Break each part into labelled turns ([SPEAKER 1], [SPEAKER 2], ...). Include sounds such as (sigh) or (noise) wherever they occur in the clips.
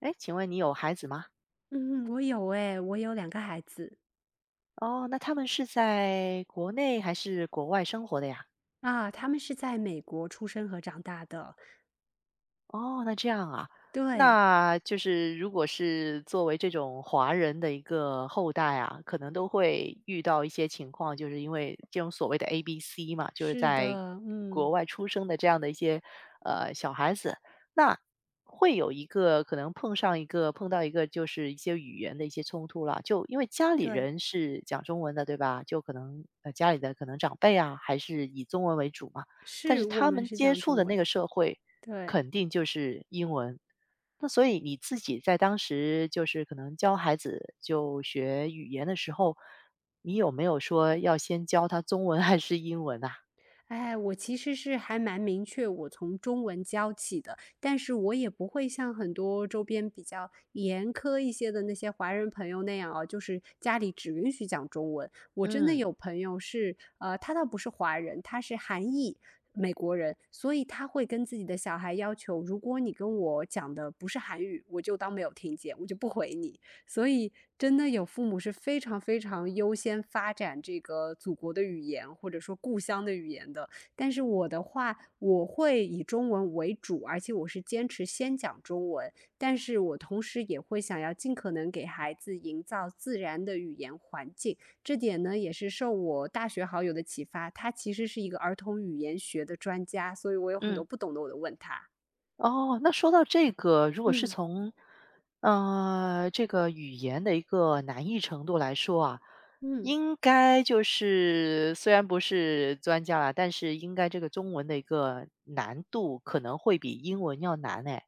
[SPEAKER 1] 哎，请问你有孩子吗？
[SPEAKER 2] 嗯，我有诶，我有2个孩子，
[SPEAKER 1] 哦，那他们是在国内还是国外生活的呀？
[SPEAKER 2] 啊，他们是在美国出生和长大的。
[SPEAKER 1] 哦，那这样啊，
[SPEAKER 2] 对，
[SPEAKER 1] 那就是如果是作为这种华人的一个后代啊，可能都会遇到一些情况，就是因为这种所谓的 ABC 嘛，就是
[SPEAKER 2] 是
[SPEAKER 1] 在
[SPEAKER 2] 的，
[SPEAKER 1] 国
[SPEAKER 2] 嗯，
[SPEAKER 1] 外出生的这样的一些小孩子，那会有一个可能碰到一个就是一些语言的一些冲突了，就因为家里
[SPEAKER 2] 对，
[SPEAKER 1] 人是讲中文的，对吧？就可能家里的可能长辈啊，还是以中文为主嘛。但
[SPEAKER 2] 是，
[SPEAKER 1] 是
[SPEAKER 2] 我
[SPEAKER 1] 他
[SPEAKER 2] 们
[SPEAKER 1] 们
[SPEAKER 2] 是
[SPEAKER 1] 接
[SPEAKER 2] 讲
[SPEAKER 1] 触
[SPEAKER 2] 中
[SPEAKER 1] 的那个
[SPEAKER 2] 文，
[SPEAKER 1] 社会
[SPEAKER 2] 对。
[SPEAKER 1] 肯定就是英文。那所以你自己在当时就是可能教孩子就学语言的时候，你有没有说要先教他中文还是英文啊？
[SPEAKER 2] 哎，我其实是还蛮明确，我从中文教起的，但是我也不会像很多周边比较严苛一些的那些华人朋友那样啊，就是家里只允许讲中文。我真的
[SPEAKER 1] 嗯。
[SPEAKER 2] 有朋友是，他倒不是华人，他是韩裔美国人，所以他会跟自己的小孩要求，如果你跟我讲的不是韩语，我就当没有听见，我就不回你。所以，真的有父母是非常非常优先发展这个祖国的语言，或者说故乡的语言的。但是我的话，我会以中文为主，而且我是坚持先讲中文。但是我同时也会想要尽可能给孩子营造自然的语言环境。这点呢，也是受我大学好友的启发，他其实是一个儿童语言学的专家，所以我有很
[SPEAKER 1] 嗯。
[SPEAKER 2] 多不懂的，我都问他。
[SPEAKER 1] 哦，那说到这个，如果是
[SPEAKER 2] 嗯
[SPEAKER 1] 从，这个语言的一个难易程度来说啊，
[SPEAKER 2] 嗯，
[SPEAKER 1] 应该就是虽然不是专家啦，但是应该这个中文的一个难度可能会比英文要难哎。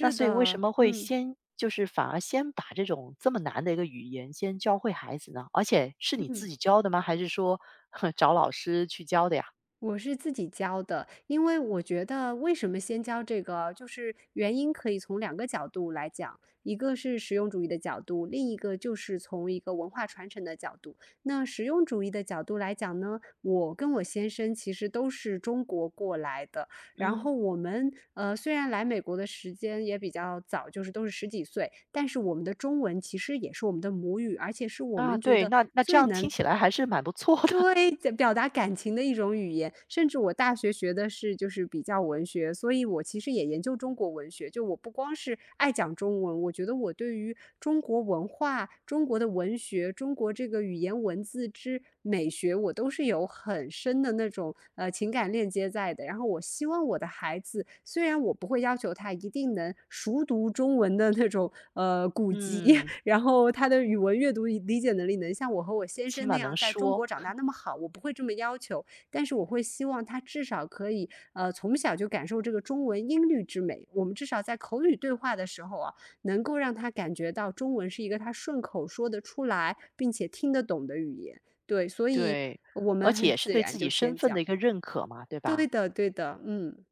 [SPEAKER 1] 那所以为什
[SPEAKER 2] 的，
[SPEAKER 1] 么会
[SPEAKER 2] 嗯。
[SPEAKER 1] 先就是反而先把这种这么难的一个语言先教会孩子呢？而且是你
[SPEAKER 2] 嗯。
[SPEAKER 1] 自己教的吗？还是说 (laughs) 找老师去教的呀？
[SPEAKER 2] 我是自己教的，因为我觉得为什么先教这个，就是原因可以从两个角度来讲，一个是实用主义的角度，另一个就是从一个文化传承的角度。那实用主义的角度来讲呢，我跟我先生其实都是中国过来的，然
[SPEAKER 1] 嗯，
[SPEAKER 2] 后我们虽然来美国的时间也比较早，就是都是十几岁，但是我们的中文其实也是我们的母语，而且是我
[SPEAKER 1] 啊，
[SPEAKER 2] 们觉
[SPEAKER 1] 对，
[SPEAKER 2] 得
[SPEAKER 1] 那这
[SPEAKER 2] 最
[SPEAKER 1] 样听
[SPEAKER 2] 能，
[SPEAKER 1] 起来还是蛮不错的。
[SPEAKER 2] 对，在表达感情的一种语言，甚至我大学学的是就是比较文学，所以我其实也研究中国文学。就我不光是爱讲中文，我觉得我对于中国文化、中国的文学、中国这个语言文字之美学，我都是有很深的那种情感链接在的。然后我希望我的孩子，虽然我不会要求他一定能熟读中文的那种古籍，
[SPEAKER 1] 嗯，
[SPEAKER 2] 然后他的语文阅读理解能力能像我和我先
[SPEAKER 1] 起
[SPEAKER 2] 生那
[SPEAKER 1] 码
[SPEAKER 2] 样
[SPEAKER 1] 能
[SPEAKER 2] 在中
[SPEAKER 1] 说，
[SPEAKER 2] 国长大那
[SPEAKER 1] (laughs)
[SPEAKER 2] 么好，我不会这么要求，但是我会希望他至少可以从小就感受这个中文音律之美。我们至少在口语对话的时候啊，能够让他感觉到中文是一个他顺口说得出来并且听得懂的语言。对，所以
[SPEAKER 1] 对，
[SPEAKER 2] 我
[SPEAKER 1] 而
[SPEAKER 2] 们
[SPEAKER 1] 且
[SPEAKER 2] 很
[SPEAKER 1] 也是
[SPEAKER 2] 自
[SPEAKER 1] 对自
[SPEAKER 2] 然就
[SPEAKER 1] 己身
[SPEAKER 2] 先
[SPEAKER 1] 份的
[SPEAKER 2] 讲。
[SPEAKER 1] 一个认可嘛，对
[SPEAKER 2] 对
[SPEAKER 1] 吧？
[SPEAKER 2] 的，对的，嗯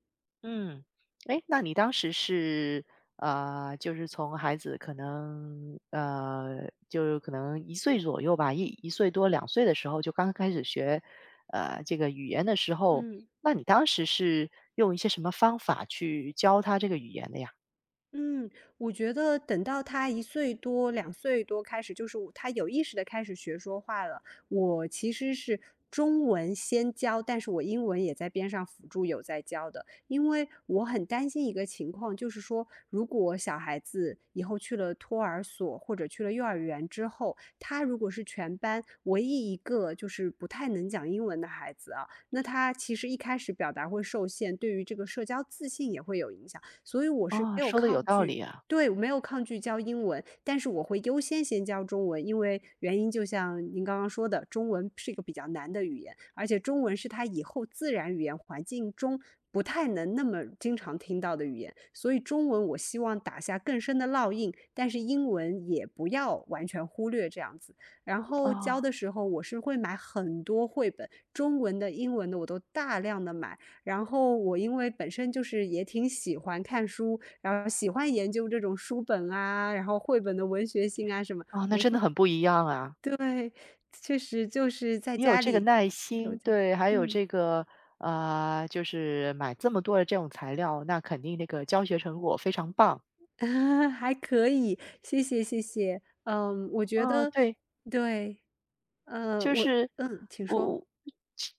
[SPEAKER 1] 嗯，哎，那你当时是，就是从孩子可能，就是可能一岁左右吧一岁多、两岁的时候就刚开始学，这个语言的时候，
[SPEAKER 2] 嗯。
[SPEAKER 1] 那你当时是用一些什么方法去教他这个语言的呀？
[SPEAKER 2] 嗯，我觉得等到他一岁多、两岁多开始，就是他有意识的开始学说话了。我其实是中文先教，但是我英文也在边上辅助有在教的。因为我很担心一个情况，就是说如果小孩子以后去了托儿所或者去了幼儿园之后，他如果是全班唯一一个就是不太能讲英文的孩子啊，那他其实一开始表达会受限，对于这个社交自信也会有影响。所以我是
[SPEAKER 1] 哦，
[SPEAKER 2] 没有
[SPEAKER 1] 说的
[SPEAKER 2] 抗
[SPEAKER 1] 有道
[SPEAKER 2] 拒，
[SPEAKER 1] 理啊，
[SPEAKER 2] 对，没有抗拒教英文，但是我会优先先教中文，因为原因就像您刚刚说的，中文是一个比较难的语言，而且中文是他以后自然语言环境中不太能那么经常听到的语言，所以中文我希望打下更深的烙印，但是英文也不要完全忽略这样子。然后
[SPEAKER 1] 哦，
[SPEAKER 2] 教的时候，我是会买很多绘本，中文的、英文的我都大量的买，然后我因为本身就是也挺喜欢看书，然后喜欢研究这种书本啊，然后绘本的文学性啊什么，
[SPEAKER 1] 哦，那真的很不一样啊。
[SPEAKER 2] 对，确实就是在
[SPEAKER 1] 你有
[SPEAKER 2] 家
[SPEAKER 1] 这个
[SPEAKER 2] 里
[SPEAKER 1] 耐
[SPEAKER 2] 都
[SPEAKER 1] 心，
[SPEAKER 2] 这样，
[SPEAKER 1] 对，还有
[SPEAKER 2] 嗯，
[SPEAKER 1] 这个，就是买这么多的这种材料，那肯定那个教学成果非常棒。
[SPEAKER 2] (laughs) 还可以，谢谢谢谢。嗯，我觉
[SPEAKER 1] 哦，
[SPEAKER 2] 得
[SPEAKER 1] 对，
[SPEAKER 2] 对，呃，
[SPEAKER 1] 就
[SPEAKER 2] 我
[SPEAKER 1] 是
[SPEAKER 2] 嗯，请
[SPEAKER 1] 我
[SPEAKER 2] 说，
[SPEAKER 1] 我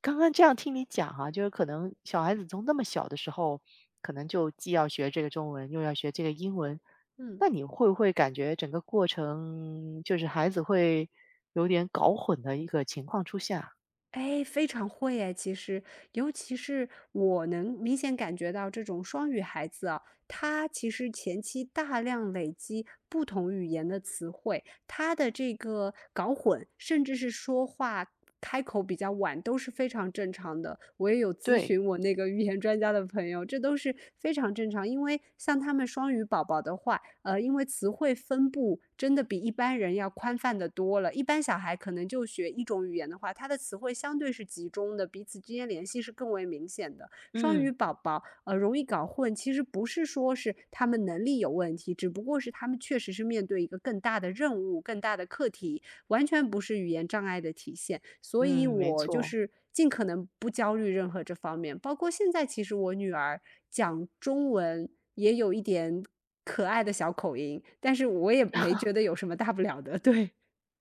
[SPEAKER 1] 刚刚这样听你讲哈、就是可能小孩子从那么小的时候，可能就既要学这个中文，又要学这个英文，
[SPEAKER 2] 嗯。
[SPEAKER 1] 那你会不会感觉整个过程就是孩子会有点搞混的一个情况出现啊
[SPEAKER 2] 哎，非常会哎，其实，尤其是我能明显感觉到这种双语孩子啊，他其实前期大量累积不同语言的词汇，他的这个搞混，甚至是说话开口比较晚，都是非常正常的。我也有咨
[SPEAKER 1] 对，
[SPEAKER 2] 询我那个语言专家的朋友，这都是非常正常。因为像他们双语宝宝的话，因为词汇分布真的比一般人要宽泛的多了。一般小孩可能就学一种语言的话，他的词汇相对是集中的，彼此之间联系是更为明显的。双
[SPEAKER 1] 嗯
[SPEAKER 2] 语宝宝容易搞混，其实不是说是他们能力有问题，只不过是他们确实是面对一个更大的任务、更大的课题，完全不是语言障碍的体现。所以
[SPEAKER 1] 嗯，没
[SPEAKER 2] 我就
[SPEAKER 1] 错。
[SPEAKER 2] 是尽可能不焦虑任何这方面，包括现在，其实我女儿讲中文也有一点可爱的小口音，但是我也没觉得有什么大不了的。对，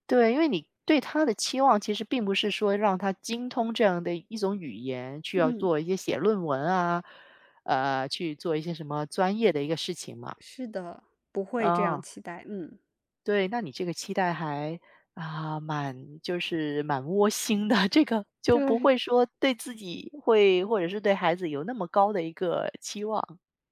[SPEAKER 1] 对，因为你对他的期望其实并不是说让他精通这样的一种语言，去要
[SPEAKER 2] 嗯，
[SPEAKER 1] 做一些写论文啊，去做一些什么专业的一个事情嘛。
[SPEAKER 2] 是的，不会这样
[SPEAKER 1] 啊，
[SPEAKER 2] 期待，嗯。
[SPEAKER 1] 对，那你这个期待还啊蛮就是蛮窝心的，(laughs) 这个就不会
[SPEAKER 2] 对。
[SPEAKER 1] 说对自己会或者是对孩子有那么高的一个期望。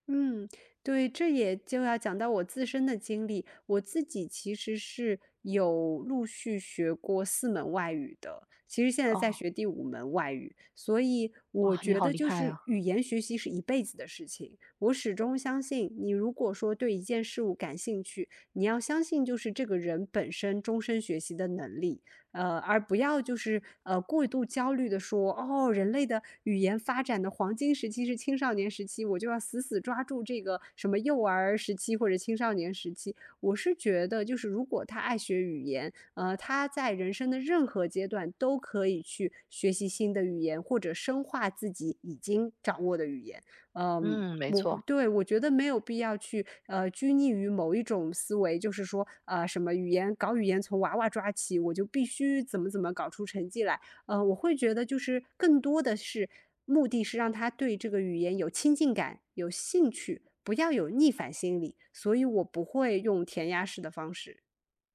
[SPEAKER 2] 嗯，对，这也就要讲到我自身的经历。我自己其实是有陆续学过4门外语的，其实现在在
[SPEAKER 1] 哦，
[SPEAKER 2] 学第五门外语，所以我
[SPEAKER 1] 哇，你
[SPEAKER 2] 觉
[SPEAKER 1] 好
[SPEAKER 2] 得
[SPEAKER 1] 厉
[SPEAKER 2] 就
[SPEAKER 1] 害
[SPEAKER 2] 是
[SPEAKER 1] 啊！
[SPEAKER 2] 语言学习是一辈子的事情。我始终相信，你如果说对一件事物感兴趣，你要相信就是这个人本身终身学习的能力。而不要就是过度焦虑的说，哦，人类的语言发展的黄金时期是青少年时期，我就要死死抓住这个什么幼儿时期或者青少年时期。我是觉得，就是如果他爱学语言，他在人生的任何阶段都可以去学习新的语言，或者深化自己已经掌握的语言。嗯，
[SPEAKER 1] 嗯，没
[SPEAKER 2] 我会，
[SPEAKER 1] 错。
[SPEAKER 2] 对，我觉得没有必要去，拘泥于某一种思维，就是说，什么语言搞语言从娃娃抓起，我就必须怎么怎么搞出成绩来。我会觉得就是更多的是目的是让他对这个语言有亲近感、有兴趣，不要有逆反心理。所以我不会用填鸭式的方式。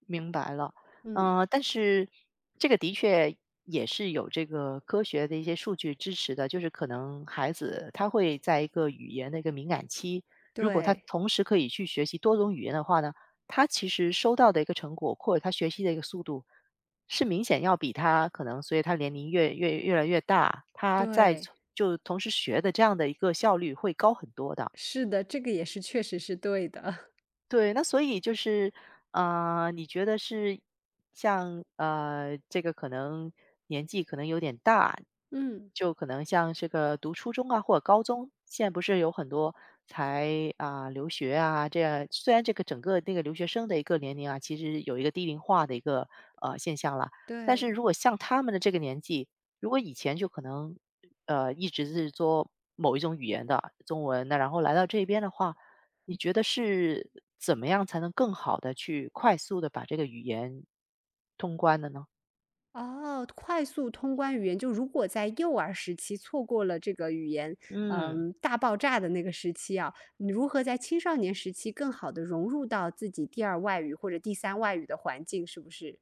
[SPEAKER 1] 明白了，
[SPEAKER 2] 嗯，
[SPEAKER 1] 但是这个的确也是有这个科学的一些数据支持的，就是可能孩子他会在一个语言的一个敏感期，如果他
[SPEAKER 2] 对
[SPEAKER 1] 同时可以去学习多种语言的话呢，他其实收到的一个成果或者他学习的一个速度是明显要比他可能随着他年龄越来越大，他在
[SPEAKER 2] 对，
[SPEAKER 1] 从就同时学的这样的一个效率会高很多的。
[SPEAKER 2] 是的，这个也是确实是对的。
[SPEAKER 1] 对，那所以就是，你觉得是像这个可能年纪可能有点大，
[SPEAKER 2] (laughs) 嗯，
[SPEAKER 1] 就可能像这个读初中啊或者高中，现在不是有很多才啊、留学啊这样，虽然这个整个那个留学生的一个年龄啊，其实有一个低龄化的一个现象了，但是
[SPEAKER 2] 对。
[SPEAKER 1] 如果像他们的这个年纪，如果以前就可能一直是做某一种语言的中文，那然后来到这边的话。你觉得是怎么样才能更好的去快速的把这个语言通关的呢？
[SPEAKER 2] 哦，快速通关语言，就如果在幼儿时期错过了这个语言，
[SPEAKER 1] 嗯，
[SPEAKER 2] 嗯，大爆炸的那个时期啊，你如何在青少年时期更好的融入到自己第二外语或者第三外语的环境，是不是？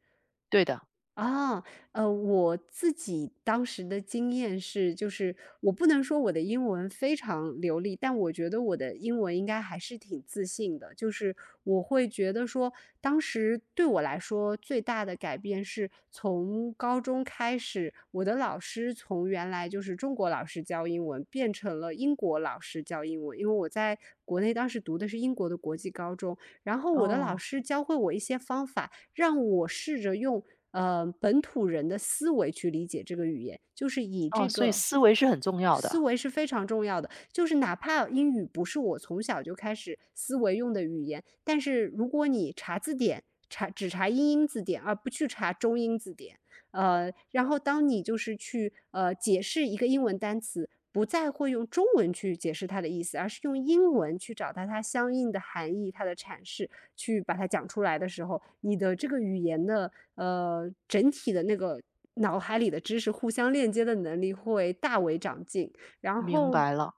[SPEAKER 1] 对的。
[SPEAKER 2] 啊，我自己当时的经验是，就是我不能说我的英文非常流利，但我觉得我的英文应该还是挺自信的。就是我会觉得说，当时对我来说最大的改变是从高中开始，我的老师从原来就是中国老师教英文，变成了英国老师教英文。因为我在国内当时读的是英国的国际高中，然后我的老
[SPEAKER 1] 哦，
[SPEAKER 2] 师教会我一些方法。让我试着用本土人的思维去理解这个语言，就是以
[SPEAKER 1] 哦，
[SPEAKER 2] 这
[SPEAKER 1] 所以
[SPEAKER 2] 个
[SPEAKER 1] 思维是很重要
[SPEAKER 2] 思
[SPEAKER 1] 的，
[SPEAKER 2] 维是非常重要的。就是哪怕英语不是我从小就开始思维用的语言，但是如果你查字典，查只查英英字典，而不去查中英字典。然后当你就是去解释一个英文单词，不再会用中文去解释它的意思，而是用英文去找到它相应的含义、它的阐释，去把它讲出来的时候，你的这个语言的整体的那个脑海里的知识互相链接的能力会大为长进，然
[SPEAKER 1] 明
[SPEAKER 2] 后。
[SPEAKER 1] 白了。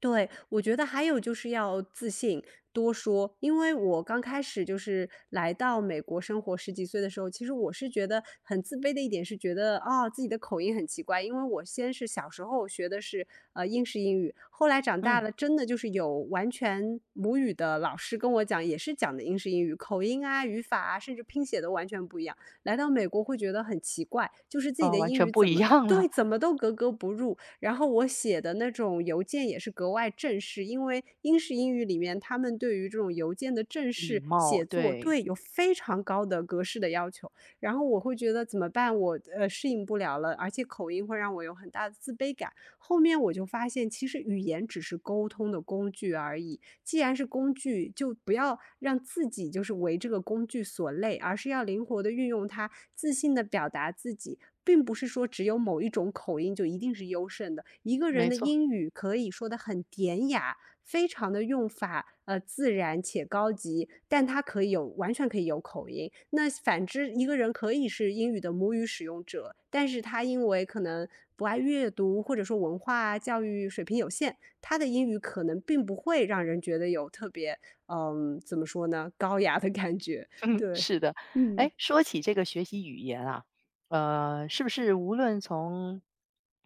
[SPEAKER 2] 对，我觉得还有就是要自信，多说。因为我刚开始就是来到美国生活十几岁的时候，其实我是觉得很自卑的一点是觉得啊、自己的口音很奇怪，因为我先是小时候学的是英式英语，后来长大
[SPEAKER 1] 嗯，
[SPEAKER 2] 了真的就是有完全母语的老师跟我讲，也是讲的英式英语，口音啊、语法啊，甚至拼写都完全不一样。来到美国会觉得很奇怪，就是自己
[SPEAKER 1] 哦，
[SPEAKER 2] 的
[SPEAKER 1] 完
[SPEAKER 2] 英
[SPEAKER 1] 全
[SPEAKER 2] 语
[SPEAKER 1] 不
[SPEAKER 2] 怎
[SPEAKER 1] 一
[SPEAKER 2] 么
[SPEAKER 1] 样了，
[SPEAKER 2] 对怎么都格格不入，然后我写的那种邮件也是格外正式，因为英式英语里面他们对于这种邮件的正
[SPEAKER 1] 礼
[SPEAKER 2] 式
[SPEAKER 1] 貌，
[SPEAKER 2] 写作，
[SPEAKER 1] 对，
[SPEAKER 2] 对，有非常高的格式的要求。然后我会觉得怎么办？我适应不了了，而且口音会让我有很大的自卑感。后面我就发现，其实语言只是沟通的工具而已。既然是工具，就不要让自己就是为这个工具所累，而是要灵活的运用它，自信的表达自己。并不是说只有某一种口音就一定是优胜的。一个人
[SPEAKER 1] 没
[SPEAKER 2] 的
[SPEAKER 1] 错。
[SPEAKER 2] 英语可以说的很典雅，非常的用法自然且高级，但他可以有完全可以有口音。那反之，一个人可以是英语的母语使用者，但是他因为可能不爱阅读，或者说文化啊教育水平有限，他的英语可能并不会让人觉得有特别，嗯，怎么说呢，高雅的感觉。
[SPEAKER 1] 嗯，
[SPEAKER 2] 对，
[SPEAKER 1] 是的。
[SPEAKER 2] 嗯
[SPEAKER 1] 哎，说起这个学习语言啊，是不是无论从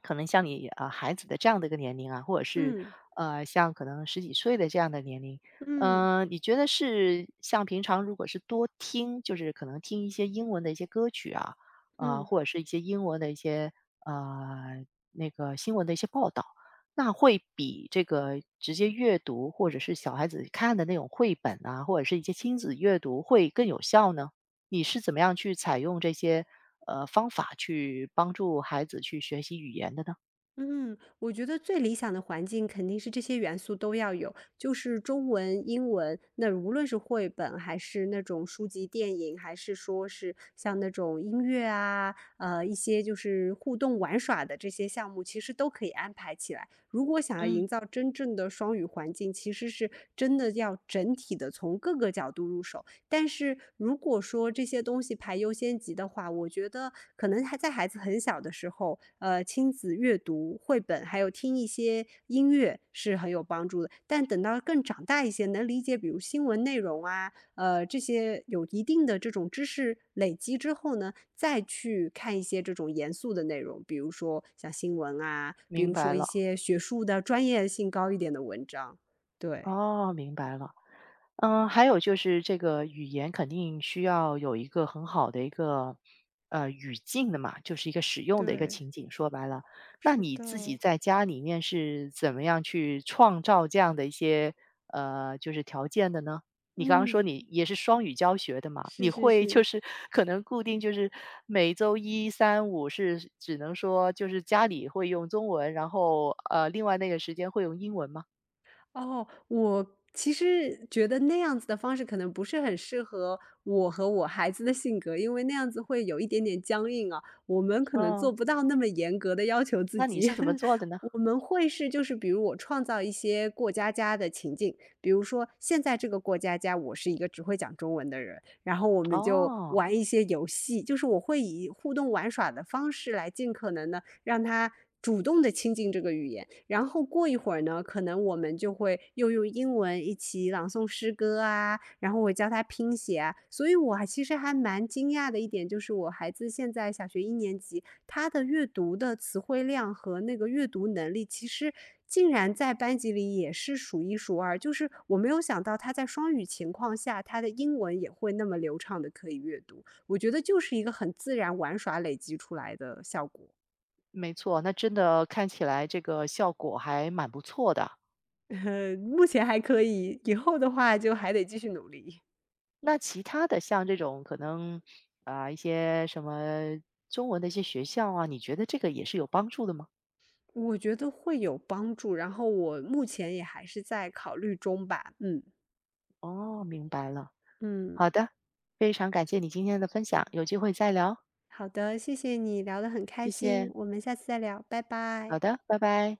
[SPEAKER 1] 可能像你啊、孩子的这样的一个年龄啊，或者是
[SPEAKER 2] 嗯
[SPEAKER 1] 像可能十几岁的这样的年龄，
[SPEAKER 2] 嗯
[SPEAKER 1] 你觉得是像平常如果是多听，就是可能听一些英文的一些歌曲啊，啊、
[SPEAKER 2] 嗯。
[SPEAKER 1] 或者是一些英文的一些呃那个新闻的一些报道，那会比这个直接阅读，或者是小孩子看的那种绘本啊，或者是一些亲子阅读会更有效呢？你是怎么样去采用这些方法去帮助孩子去学习语言的呢？
[SPEAKER 2] 嗯，我觉得最理想的环境肯定是这些元素都要有，就是中文、英文，那无论是绘本，还是那种书籍、电影，还是说是像那种音乐啊，一些就是互动玩耍的这些项目，其实都可以安排起来。如果想要
[SPEAKER 1] 嗯。
[SPEAKER 2] 营造真正的双语环境，其实是真的要整体的从各个角度入手。但是如果说这些东西排优先级的话，我觉得可能还在孩子很小的时候，亲子阅读绘本，还有听一些音乐是很有帮助的。但等到更长大一些，能理解比如新闻内容啊，这些有一定的这种知识累积之后呢，再去看一些这种严肃的内容，比如说像新闻啊，比
[SPEAKER 1] 明
[SPEAKER 2] 如
[SPEAKER 1] 白
[SPEAKER 2] 说一
[SPEAKER 1] 了，
[SPEAKER 2] 些学术的专业性高一点的文章。对，
[SPEAKER 1] 哦，明白了。嗯，还有就是这个语言肯定需要有一个很好的一个语境的嘛，就是一个使用的一个
[SPEAKER 2] 对，
[SPEAKER 1] 情景。说白了，那
[SPEAKER 2] 是
[SPEAKER 1] 你自己
[SPEAKER 2] 的，
[SPEAKER 1] 在家里面是怎么样去创造这样的一些就是条件的呢？你刚刚说
[SPEAKER 2] 嗯。
[SPEAKER 1] 你也是双语教学的嘛，
[SPEAKER 2] 是
[SPEAKER 1] 你
[SPEAKER 2] 是
[SPEAKER 1] 会就
[SPEAKER 2] 是，
[SPEAKER 1] 是 (laughs) 可能固定就是每周一、三、五是只能说就是家里会用中文，然后另外那个时间会用英文吗？
[SPEAKER 2] 哦，我其实觉得那样子的方式可能不是很适合我和我孩子的性格，因为那样子会有一点点僵硬啊，我们可能做
[SPEAKER 1] 嗯，
[SPEAKER 2] 不到那么严格的要求自
[SPEAKER 1] 那你
[SPEAKER 2] 己。
[SPEAKER 1] 是怎么
[SPEAKER 2] (laughs)
[SPEAKER 1] 做的呢？
[SPEAKER 2] 我们会是就是比如我创造一些过家家的情境，比如说现在这个过家家，我是一个只会讲中文的人，然后我们就
[SPEAKER 1] 哦。
[SPEAKER 2] 玩一些游戏，就是我会以互动玩耍的方式来尽可能的让他主动的亲近这个语言。然后过一会儿呢，可能我们就会又用英文一起朗诵诗歌啊，然后我教他拼写啊。所以我还其实还蛮惊讶的一点就是，我孩子现在小学1年级，他的阅读的词汇量和那个阅读能力，其实竟然在班级里也是数一数二。就是我没有想到他在双语情况下，他的英文也会那么流畅的可以阅读。我觉得就是一个很自然玩耍累积出来的效果。
[SPEAKER 1] 没错，那真的看起来这个效果还蛮不错的。
[SPEAKER 2] 目前还可以，以后的话就还得继续努力。
[SPEAKER 1] 那其他的像这种可能啊、一些什么中文的一些学校啊，你觉得这个也是有帮助的吗？
[SPEAKER 2] 我觉得会有帮助，然后我目前也还是在考虑中吧。嗯
[SPEAKER 1] 哦，明白了。好
[SPEAKER 2] 嗯，
[SPEAKER 1] 的，非常感谢你今天的分享，有机会再聊，
[SPEAKER 2] 好的，谢谢你聊得很开
[SPEAKER 1] 谢
[SPEAKER 2] 心，
[SPEAKER 1] 谢。
[SPEAKER 2] 我们下次再聊，拜
[SPEAKER 1] 好
[SPEAKER 2] 拜。
[SPEAKER 1] 的，拜拜。